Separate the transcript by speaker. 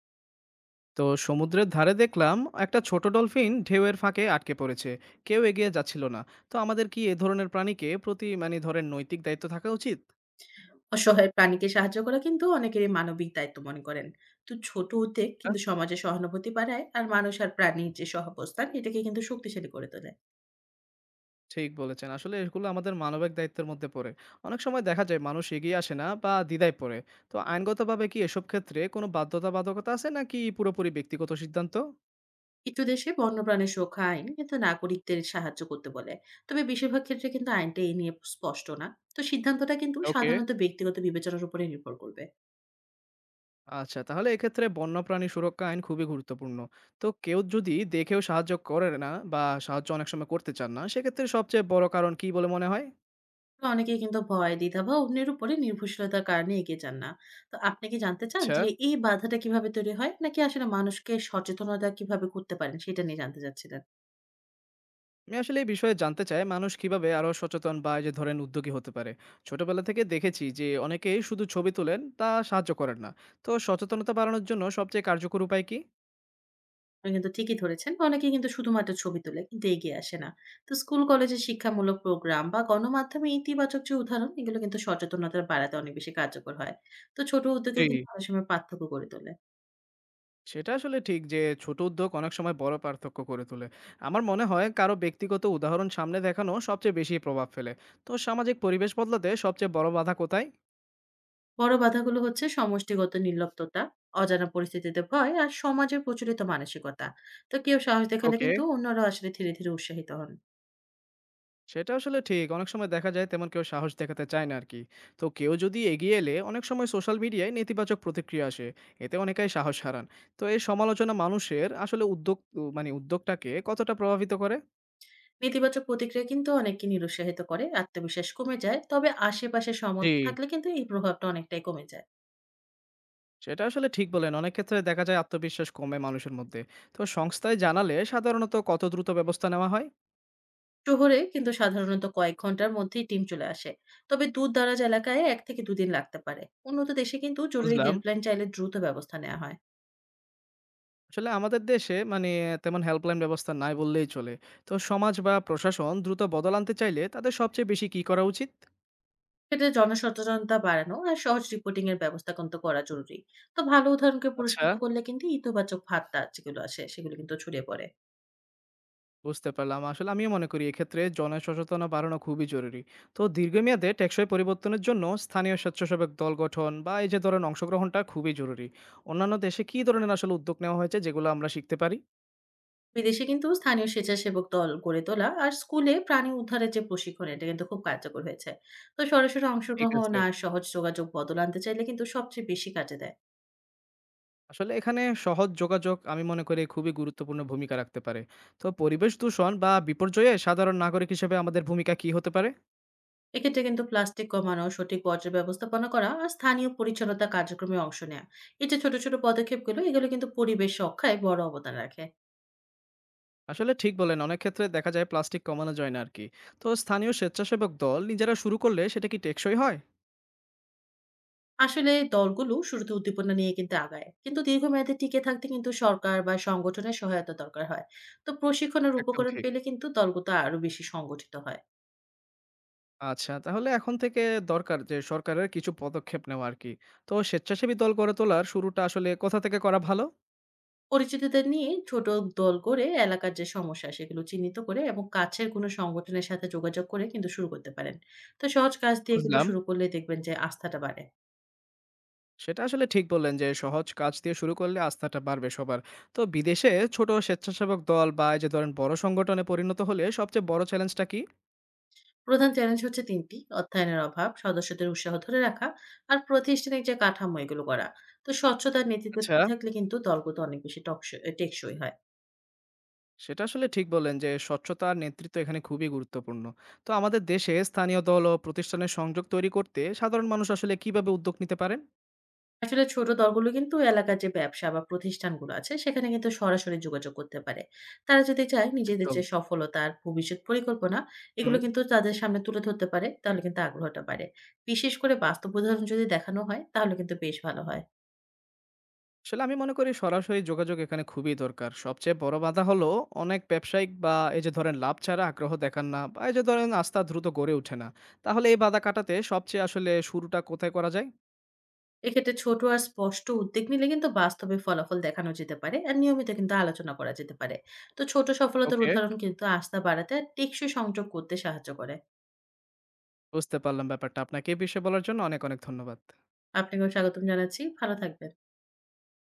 Speaker 1: তো সমুদ্রের ধারে দেখলাম একটা ছোট ডলফিন ঢেউয়ের ফাঁকে আটকে পড়েছে। কেউ এগিয়ে যাচ্ছিল না। তো আমাদের কি এ ধরনের প্রাণীকে প্রতি ধরেন নৈতিক দায়িত্ব থাকা উচিত?
Speaker 2: অসহায় প্রাণীকে সাহায্য করা কিন্তু অনেকেরই মানবিক দায়িত্ব মনে করেন। তো ছোট উদ্যোগ
Speaker 1: হ্যাঁ,
Speaker 2: কিন্তু সমাজে সহানুভূতি বাড়ায় আর মানুষ আর প্রাণীর যে সহাবস্থান এটাকে কিন্তু শক্তিশালী করে তোলে।
Speaker 1: ঠিক বলেছেন, আসলে এগুলো আমাদের মানবিক দায়িত্বের মধ্যে পড়ে। অনেক সময় দেখা যায় মানুষ এগিয়ে আসে না বা দ্বিধায় পড়ে। তো আইনগতভাবে কি এসব ক্ষেত্রে কোনো বাধ্যবাধকতা আছে নাকি পুরোপুরি ব্যক্তিগত সিদ্ধান্ত?
Speaker 2: কিছু দেশে বন্যপ্রাণীর সুরক্ষা আইন কিন্তু নাগরিকদের সাহায্য করতে বলে। তবে বেশিরভাগ ক্ষেত্রে কিন্তু আইনটা এই নিয়ে স্পষ্ট না। তো সিদ্ধান্তটা কিন্তু
Speaker 1: ওকে,
Speaker 2: সাধারণত ব্যক্তিগত বিবেচনার উপরে নির্ভর করবে।
Speaker 1: আচ্ছা, তাহলে এক্ষেত্রে বন্যপ্রাণী সুরক্ষা আইন খুবই গুরুত্বপূর্ণ। তো কেউ যদি দেখেও সাহায্য করে না বা সাহায্য অনেক সময় করতে চান না, সেক্ষেত্রে সবচেয়ে বড় কারণ কি বলে মনে হয়?
Speaker 2: তো অনেকেই কিন্তু ভয়, দ্বিধা বা অন্যের উপরে নির্ভরশীলতার কারণে এগিয়ে যান না। তো আপনি কি জানতে চান
Speaker 1: আচ্ছা।
Speaker 2: যে এই বাধাটা কিভাবে তৈরি হয়? নাকি আসলে মানুষকে সচেতনতা কিভাবে করতে পারেন সেটা নিয়ে জানতে চাচ্ছিলেন?
Speaker 1: আমি আসলে এই বিষয়ে জানতে চাই মানুষ কিভাবে আরো সচেতন বা এই যে ধরেন উদ্যোগী হতে পারে। ছোটবেলা থেকে দেখেছি যে অনেকেই শুধু ছবি তোলেন, তা সাহায্য করেন না। তো সচেতনতা বাড়ানোর জন্য সবচেয়ে কার্যকর উপায় কি?
Speaker 2: আপনি কিন্তু ঠিকই ধরেছেন। অনেকে কিন্তু শুধুমাত্র ছবি তোলে কিন্তু এগিয়ে আসে না। তো স্কুল কলেজের শিক্ষামূলক প্রোগ্রাম বা গণমাধ্যমে ইতিবাচক যে উদাহরণ এগুলো কিন্তু সচেতনতা বাড়াতে অনেক বেশি কার্যকর হয়। তো ছোট
Speaker 1: জি।
Speaker 2: উদ্যোগেও কিন্তু অনেক সময় পার্থক্য গড়ে তোলে।
Speaker 1: সেটা আসলে ঠিক যে ছোট উদ্যোগ অনেক সময় বড় পার্থক্য করে তোলে। আমার মনে হয় কারো ব্যক্তিগত উদাহরণ সামনে দেখানো সবচেয়ে বেশি প্রভাব ফেলে। তো সামাজিক পরিবেশ বদলাতে সবচেয়ে বড় বাধা কোথায়?
Speaker 2: বড় বাধাগুলো হচ্ছে সমষ্টিগত নির্লিপ্ততা, অজানা পরিস্থিতিতে ভয় আর সমাজের প্রচলিত মানসিকতা। তো কেউ সাহস দেখালে
Speaker 1: ওকে,
Speaker 2: কিন্তু অন্যরাও আসলে ধীরে, ধীরে উৎসাহিত হন।
Speaker 1: সেটা আসলে ঠিক। অনেক সময় দেখা যায় তেমন কেউ সাহস দেখাতে চায় না আরকি। তো কেউ যদি এগিয়ে এলে অনেক সময় সোশ্যাল মিডিয়ায় নেতিবাচক প্রতিক্রিয়া আসে। এতে অনেকেই সাহস হারান। তো এই সমালোচনা মানুষের আসলে উদ্যোগ উ মানে উদ্যোগটাকে কতটা প্রভাবিত করে?
Speaker 2: নেতিবাচক প্রতিক্রিয়া কিন্তু অনেককে নিরুৎসাহিত করে, আত্মবিশ্বাস কমে যায়। তবে আশেপাশে সমর্থন
Speaker 1: জি,
Speaker 2: থাকলে কিন্তু এই প্রভাবটা অনেকটাই কমে যায়।
Speaker 1: সেটা আসলে ঠিক বলেন। অনেক ক্ষেত্রে দেখা যায় আত্মবিশ্বাস কমে মানুষের মধ্যে। তো সংস্থায় জানালে সাধারণত কত দ্রুত ব্যবস্থা নেওয়া হয়?
Speaker 2: শহরে কিন্তু সাধারণত কয়েক ঘন্টার মধ্যেই টিম চলে আসে। তবে দূর দারাজ এলাকায় এক থেকে দুদিন লাগতে পারে। উন্নত দেশে কিন্তু জরুরি
Speaker 1: বুঝলাম।
Speaker 2: হেল্পলাইন চাইলে দ্রুত ব্যবস্থা নেওয়া হয়।
Speaker 1: আসলে আমাদের দেশে তেমন হেল্পলাইন ব্যবস্থা নাই বললেই চলে। তো সমাজ বা প্রশাসন দ্রুত বদল আনতে চাইলে তাদের সবচেয়ে বেশি কি করা উচিত?
Speaker 2: সেক্ষেত্রে জনসচেতনতা বাড়ানো আর সহজ রিপোর্টিং এর ব্যবস্থা কিন্তু করা জরুরি। তো ভালো উদাহরণকে
Speaker 1: আচ্ছা,
Speaker 2: পুরস্কৃত করলে কিন্তু ইতিবাচক ভাবটা যেগুলো আসে সেগুলো কিন্তু ছড়িয়ে পড়ে।
Speaker 1: বুঝতে পারলাম। আসলে আমিও মনে করি এক্ষেত্রে জনসচেতনা বাড়ানো খুবই জরুরি। তো দীর্ঘমেয়াদে টেকসই পরিবর্তনের জন্য স্থানীয় স্বেচ্ছাসেবক দল গঠন বা এই যে ধরেন অংশগ্রহণটা খুবই জরুরি। অন্যান্য দেশে কি ধরনের আসলে উদ্যোগ নেওয়া হয়েছে যেগুলো আমরা শিখতে পারি?
Speaker 2: বিদেশে কিন্তু স্থানীয় স্বেচ্ছাসেবক দল গড়ে তোলা আর স্কুলে প্রাণী উদ্ধারের যে প্রশিক্ষণ এটা কিন্তু খুব কার্যকর হয়েছে। তো সরাসরি
Speaker 1: ঠিক
Speaker 2: অংশগ্রহণ
Speaker 1: আছে।
Speaker 2: আর সহজ যোগাযোগ বদল আনতে চাইলে কিন্তু সবচেয়ে বেশি কাজে দেয়।
Speaker 1: আসলে এখানে সহজ যোগাযোগ আমি মনে করি খুবই গুরুত্বপূর্ণ ভূমিকা রাখতে পারে। তো পরিবেশ দূষণ বা বিপর্যয়ে সাধারণ নাগরিক হিসেবে আমাদের ভূমিকা কি হতে পারে?
Speaker 2: এক্ষেত্রে কিন্তু প্লাস্টিক কমানো, সঠিক বর্জ্য ব্যবস্থাপনা করা আর স্থানীয় পরিচ্ছন্নতা কার্যক্রমে অংশ নেওয়া। এই যে ছোট ছোট পদক্ষেপগুলো এগুলো কিন্তু পরিবেশ রক্ষায় বড় অবদান রাখে।
Speaker 1: আসলে ঠিক বলেন, অনেক ক্ষেত্রে দেখা যায় প্লাস্টিক কমানো যায় না আর কি। তো স্থানীয় স্বেচ্ছাসেবক দল নিজেরা শুরু করলে সেটা কি টেকসই হয়?
Speaker 2: আসলে দলগুলো শুরুতে উদ্দীপনা নিয়ে কিন্তু আগায়, কিন্তু দীর্ঘমেয়াদে টিকে থাকতে কিন্তু সরকার বা সংগঠনের সহায়তা দরকার হয়। তো প্রশিক্ষণের
Speaker 1: একদম
Speaker 2: উপকরণ
Speaker 1: ঠিক।
Speaker 2: পেলে কিন্তু দলগুলো আরো বেশি সংগঠিত হয়।
Speaker 1: আচ্ছা, তাহলে এখন থেকে দরকার যে সরকারের কিছু পদক্ষেপ নেওয়া আর কি। তো স্বেচ্ছাসেবী দল গড়ে তোলার শুরুটা আসলে কোথা থেকে করা ভালো?
Speaker 2: পরিচিতদের নিয়ে ছোট দল করে এলাকার যে সমস্যা সেগুলো চিহ্নিত করে এবং কাছের কোনো সংগঠনের সাথে যোগাযোগ করে কিন্তু শুরু করতে পারেন। তো সহজ কাজ দিয়ে কিন্তু
Speaker 1: বুঝলাম।
Speaker 2: শুরু করলে দেখবেন যে আস্থাটা বাড়ে।
Speaker 1: সেটা আসলে ঠিক বললেন যে সহজ কাজ দিয়ে শুরু করলে আস্থাটা বাড়বে সবার। তো বিদেশে ছোট স্বেচ্ছাসেবক দল বা এই যে ধরেন বড় সংগঠনে পরিণত হলে সবচেয়ে বড় চ্যালেঞ্জটা কি?
Speaker 2: প্রধান চ্যালেঞ্জ হচ্ছে তিনটি, অর্থায়নের অভাব, সদস্যদের উৎসাহ ধরে রাখা আর প্রাতিষ্ঠানিক যে কাঠামো এগুলো করা। তো স্বচ্ছতার নেতৃত্ব
Speaker 1: আচ্ছা,
Speaker 2: ঠিক থাকলে কিন্তু দলগুলো অনেক বেশি টেকসই হয়।
Speaker 1: সেটা আসলে ঠিক বললেন যে স্বচ্ছতা আর নেতৃত্ব এখানে খুবই গুরুত্বপূর্ণ। তো আমাদের দেশে স্থানীয় দল ও প্রতিষ্ঠানের সংযোগ তৈরি করতে সাধারণ মানুষ আসলে কিভাবে উদ্যোগ নিতে পারেন?
Speaker 2: আসলে ছোট দলগুলো কিন্তু এলাকার যে ব্যবসা বা প্রতিষ্ঠানগুলো আছে সেখানে কিন্তু সরাসরি যোগাযোগ করতে পারে। তারা যদি চায় নিজেদের
Speaker 1: একদম।
Speaker 2: যে সফলতা আর ভবিষ্যৎ পরিকল্পনা
Speaker 1: হুম।
Speaker 2: এগুলো কিন্তু তাদের সামনে তুলে ধরতে পারে, তাহলে কিন্তু আগ্রহটা বাড়ে। বিশেষ করে বাস্তব উদাহরণ যদি দেখানো হয় তাহলে কিন্তু বেশ ভালো হয়।
Speaker 1: আসলে আমি মনে করি সরাসরি যোগাযোগ এখানে খুবই দরকার। সবচেয়ে বড় বাধা হলো অনেক ব্যবসায়িক বা এই যে ধরেন লাভ ছাড়া আগ্রহ দেখান না বা এই যে ধরেন আস্থা দ্রুত গড়ে ওঠে না। তাহলে এই বাধা কাটাতে সবচেয়ে আসলে শুরুটা কোথায় করা যায়?
Speaker 2: এক্ষেত্রে ছোট আর স্পষ্ট উদ্যোগ নিলে কিন্তু বাস্তবে ফলাফল দেখানো যেতে পারে আর নিয়মিত কিন্তু আলোচনা করা যেতে পারে। তো ছোট সফলতার
Speaker 1: ওকে।
Speaker 2: উদাহরণ কিন্তু আস্থা বাড়াতে আর টেকসই সংযোগ করতে সাহায্য করে।
Speaker 1: বুঝতে পারলাম ব্যাপারটা। আপনাকে এই বিষয়ে বলার জন্য অনেক, অনেক ধন্যবাদ।
Speaker 2: আপনাকেও স্বাগতম জানাচ্ছি, ভালো থাকবেন।